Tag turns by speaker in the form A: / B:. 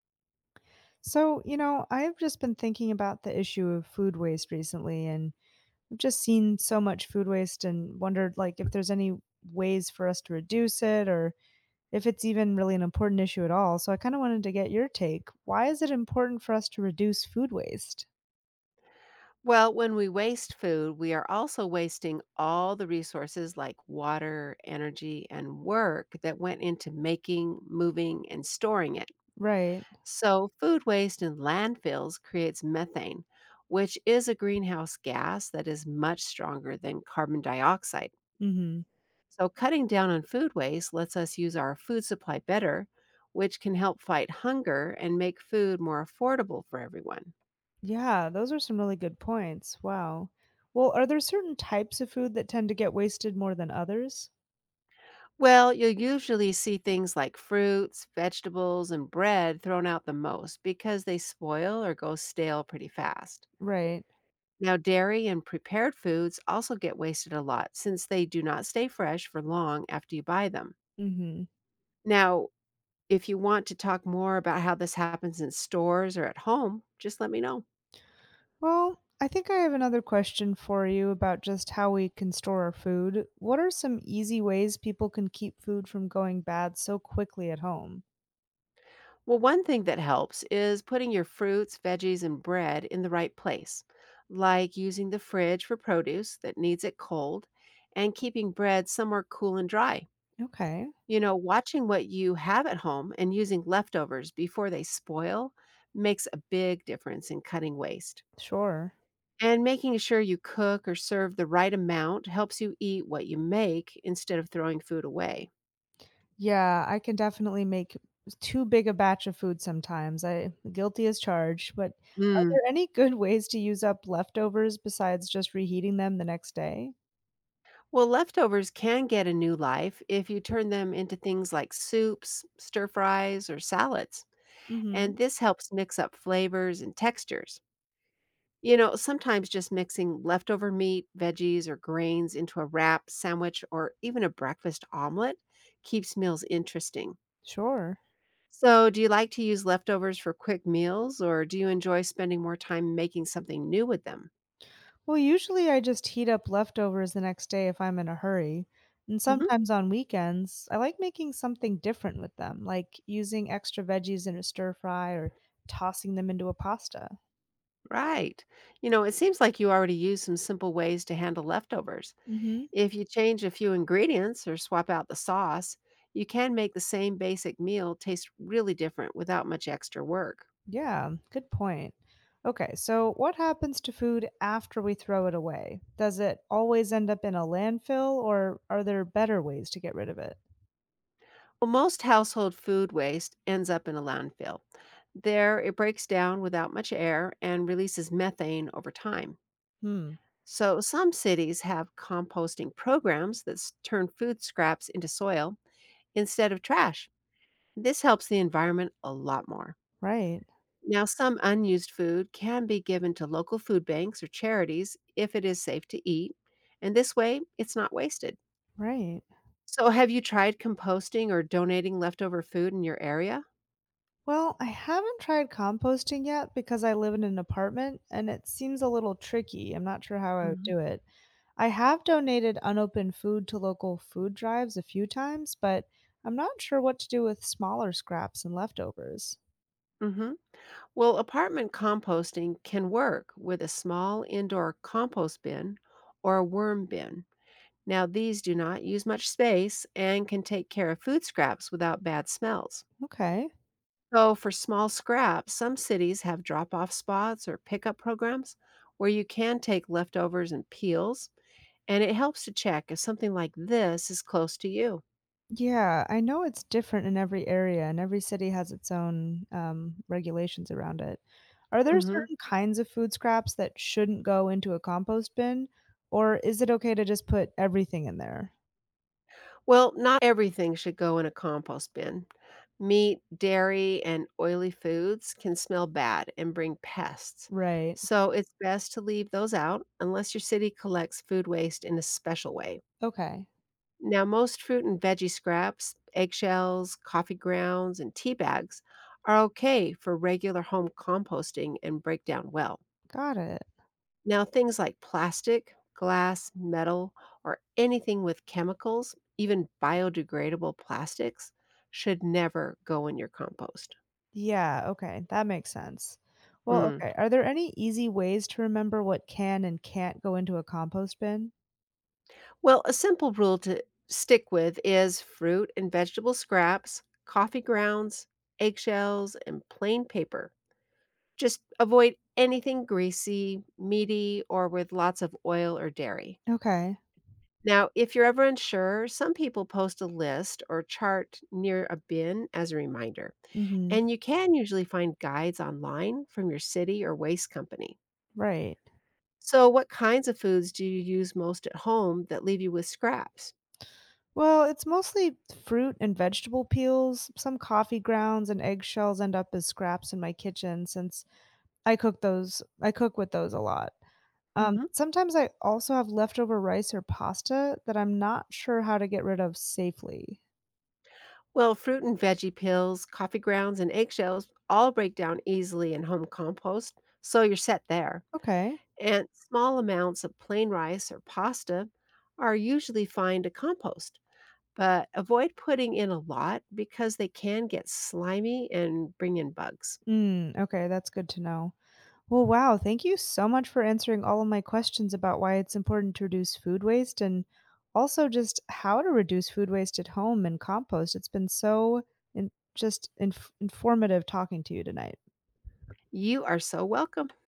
A: So, I've just been thinking about the issue of food waste recently, and I've just seen so much food waste and wondered like if there's any ways for us to reduce it or if it's even really an important issue at all. So I kind of wanted to get your take. Why is it important for us to reduce food waste?
B: Well, when we waste food, we are also wasting all the resources like water, energy, and work that went into making, moving, and storing it.
A: Right.
B: So, food waste in landfills creates methane, which is a greenhouse gas that is much stronger than carbon dioxide.
A: Mm-hmm.
B: So, cutting down on food waste lets us use our food supply better, which can help fight hunger and make food more affordable for everyone.
A: Yeah, those are some really good points. Wow. Well, are there certain types of food that tend to get wasted more than others?
B: Well, you'll usually see things like fruits, vegetables, and bread thrown out the most because they spoil or go stale pretty fast.
A: Right.
B: Now, dairy and prepared foods also get wasted a lot since they do not stay fresh for long after you buy them.
A: Mhm.
B: Now, if you want to talk more about how this happens in stores or at home, just let me know.
A: Well, I think I have another question for you about just how we can store our food. What are some easy ways people can keep food from going bad so quickly at home?
B: Well, one thing that helps is putting your fruits, veggies, and bread in the right place, like using the fridge for produce that needs it cold and keeping bread somewhere cool and dry.
A: Okay.
B: You know, watching what you have at home and using leftovers before they spoil makes a big difference in cutting waste.
A: Sure.
B: And making sure you cook or serve the right amount helps you eat what you make instead of throwing food away.
A: Yeah, I can definitely make too big a batch of food sometimes. I guilty as charged, but are
B: Mm.
A: there any good ways to use up leftovers besides just reheating them the next day?
B: Well, leftovers can get a new life if you turn them into things like soups, stir fries, or salads. And
A: Mhm.
B: this helps mix up flavors and textures. You know, sometimes just mixing leftover meat, veggies, or grains into a wrap, sandwich, or even a breakfast omelet keeps meals interesting.
A: Sure.
B: So, do you like to use leftovers for quick meals, or do you enjoy spending more time making something new with them?
A: Well, usually I just heat up leftovers the next day if I'm in a hurry. And
B: hmm
A: sometimes on weekends, I like making something different with them, like using extra veggies in a stir fry or tossing them into a pasta.
B: Right. You know, it seems like you already use some simple ways to handle leftovers.
A: Mhm.
B: If you change a few ingredients or swap out the sauce, you can make the same basic meal taste really different without much extra work.
A: Yeah, good point. Okay, so what happens to food after we throw it away? Does it always end up in a landfill or are there better ways to get rid of it?
B: Well, most household food waste ends up in a landfill. There, it breaks down without much air and releases methane over time.
A: Hmm,
B: So, some cities have composting programs that turn food scraps into soil instead of trash. This helps the environment a lot more.
A: right,
B: Now, some unused food can be given to local food banks or charities if it is safe to eat, and this way it's not wasted.
A: right.
B: So, have you tried composting or donating leftover food in your area?
A: Well, I haven't tried composting yet because I live in an apartment and it seems a little tricky. I'm not sure how I would
B: hmm
A: do it. I have donated unopened food to local food drives a few times, but I'm not sure what to do with smaller scraps and leftovers.
B: hmm Well, apartment composting can work with a small indoor compost bin or a worm bin. Now, these do not use much space and can take care of food scraps without bad smells.
A: Okay.
B: So, for small scraps, some cities have drop off spots or pickup programs where you can take leftovers and peels, and it helps to check if something like this is close to you.
A: Yeah, I know it's different in every area, and every city has its own, regulations around it. Are there
B: Mhm.
A: certain kinds of food scraps that shouldn't go into a compost bin, or is it okay to just put everything in there?
B: Well, not everything should go in a compost bin. Meat, dairy, and oily foods can smell bad and bring pests.
A: Right.
B: So, it's best to leave those out unless your city collects food waste in a special way.
A: Okay.
B: Now, most fruit and veggie scraps, eggshells, coffee grounds, and tea bags are okay for regular home composting and break down well.
A: Got it.
B: Now, things like plastic, glass, metal, or anything with chemicals, even biodegradable plastics, should never go in your compost.
A: Yeah, okay, that makes sense. Well,
B: Mm.
A: okay, are there any easy ways to remember what can and can't go into a compost bin?
B: Well, a simple rule to stick with is fruit and vegetable scraps, coffee grounds, eggshells, and plain paper. Just avoid anything greasy, meaty, or with lots of oil or dairy.
A: Okay.
B: Now, if you're ever unsure, some people post a list or chart near a bin as a reminder.
A: Mhm.
B: And you can usually find guides online from your city or waste company.
A: Right.
B: So, what kinds of foods do you use most at home that leave you with scraps?
A: Well, it's mostly fruit and vegetable peels. Some coffee grounds and eggshells end up as scraps in my kitchen since I cook with those a lot. Um,
B: Mhm.
A: sometimes I also have leftover rice or pasta that I'm not sure how to get rid of safely.
B: Well, fruit and veggie peels, coffee grounds, and eggshells all break down easily in home compost, so you're set there.
A: Okay.
B: And small amounts of plain rice or pasta are usually fine to compost, but avoid putting in a lot because they can get slimy and bring in bugs.
A: Mm, okay, that's good to know. Well, wow. Thank you so much for answering all of my questions about why it's important to reduce food waste and also just how to reduce food waste at home and compost. It's been so just informative talking to you tonight.
B: You are so welcome.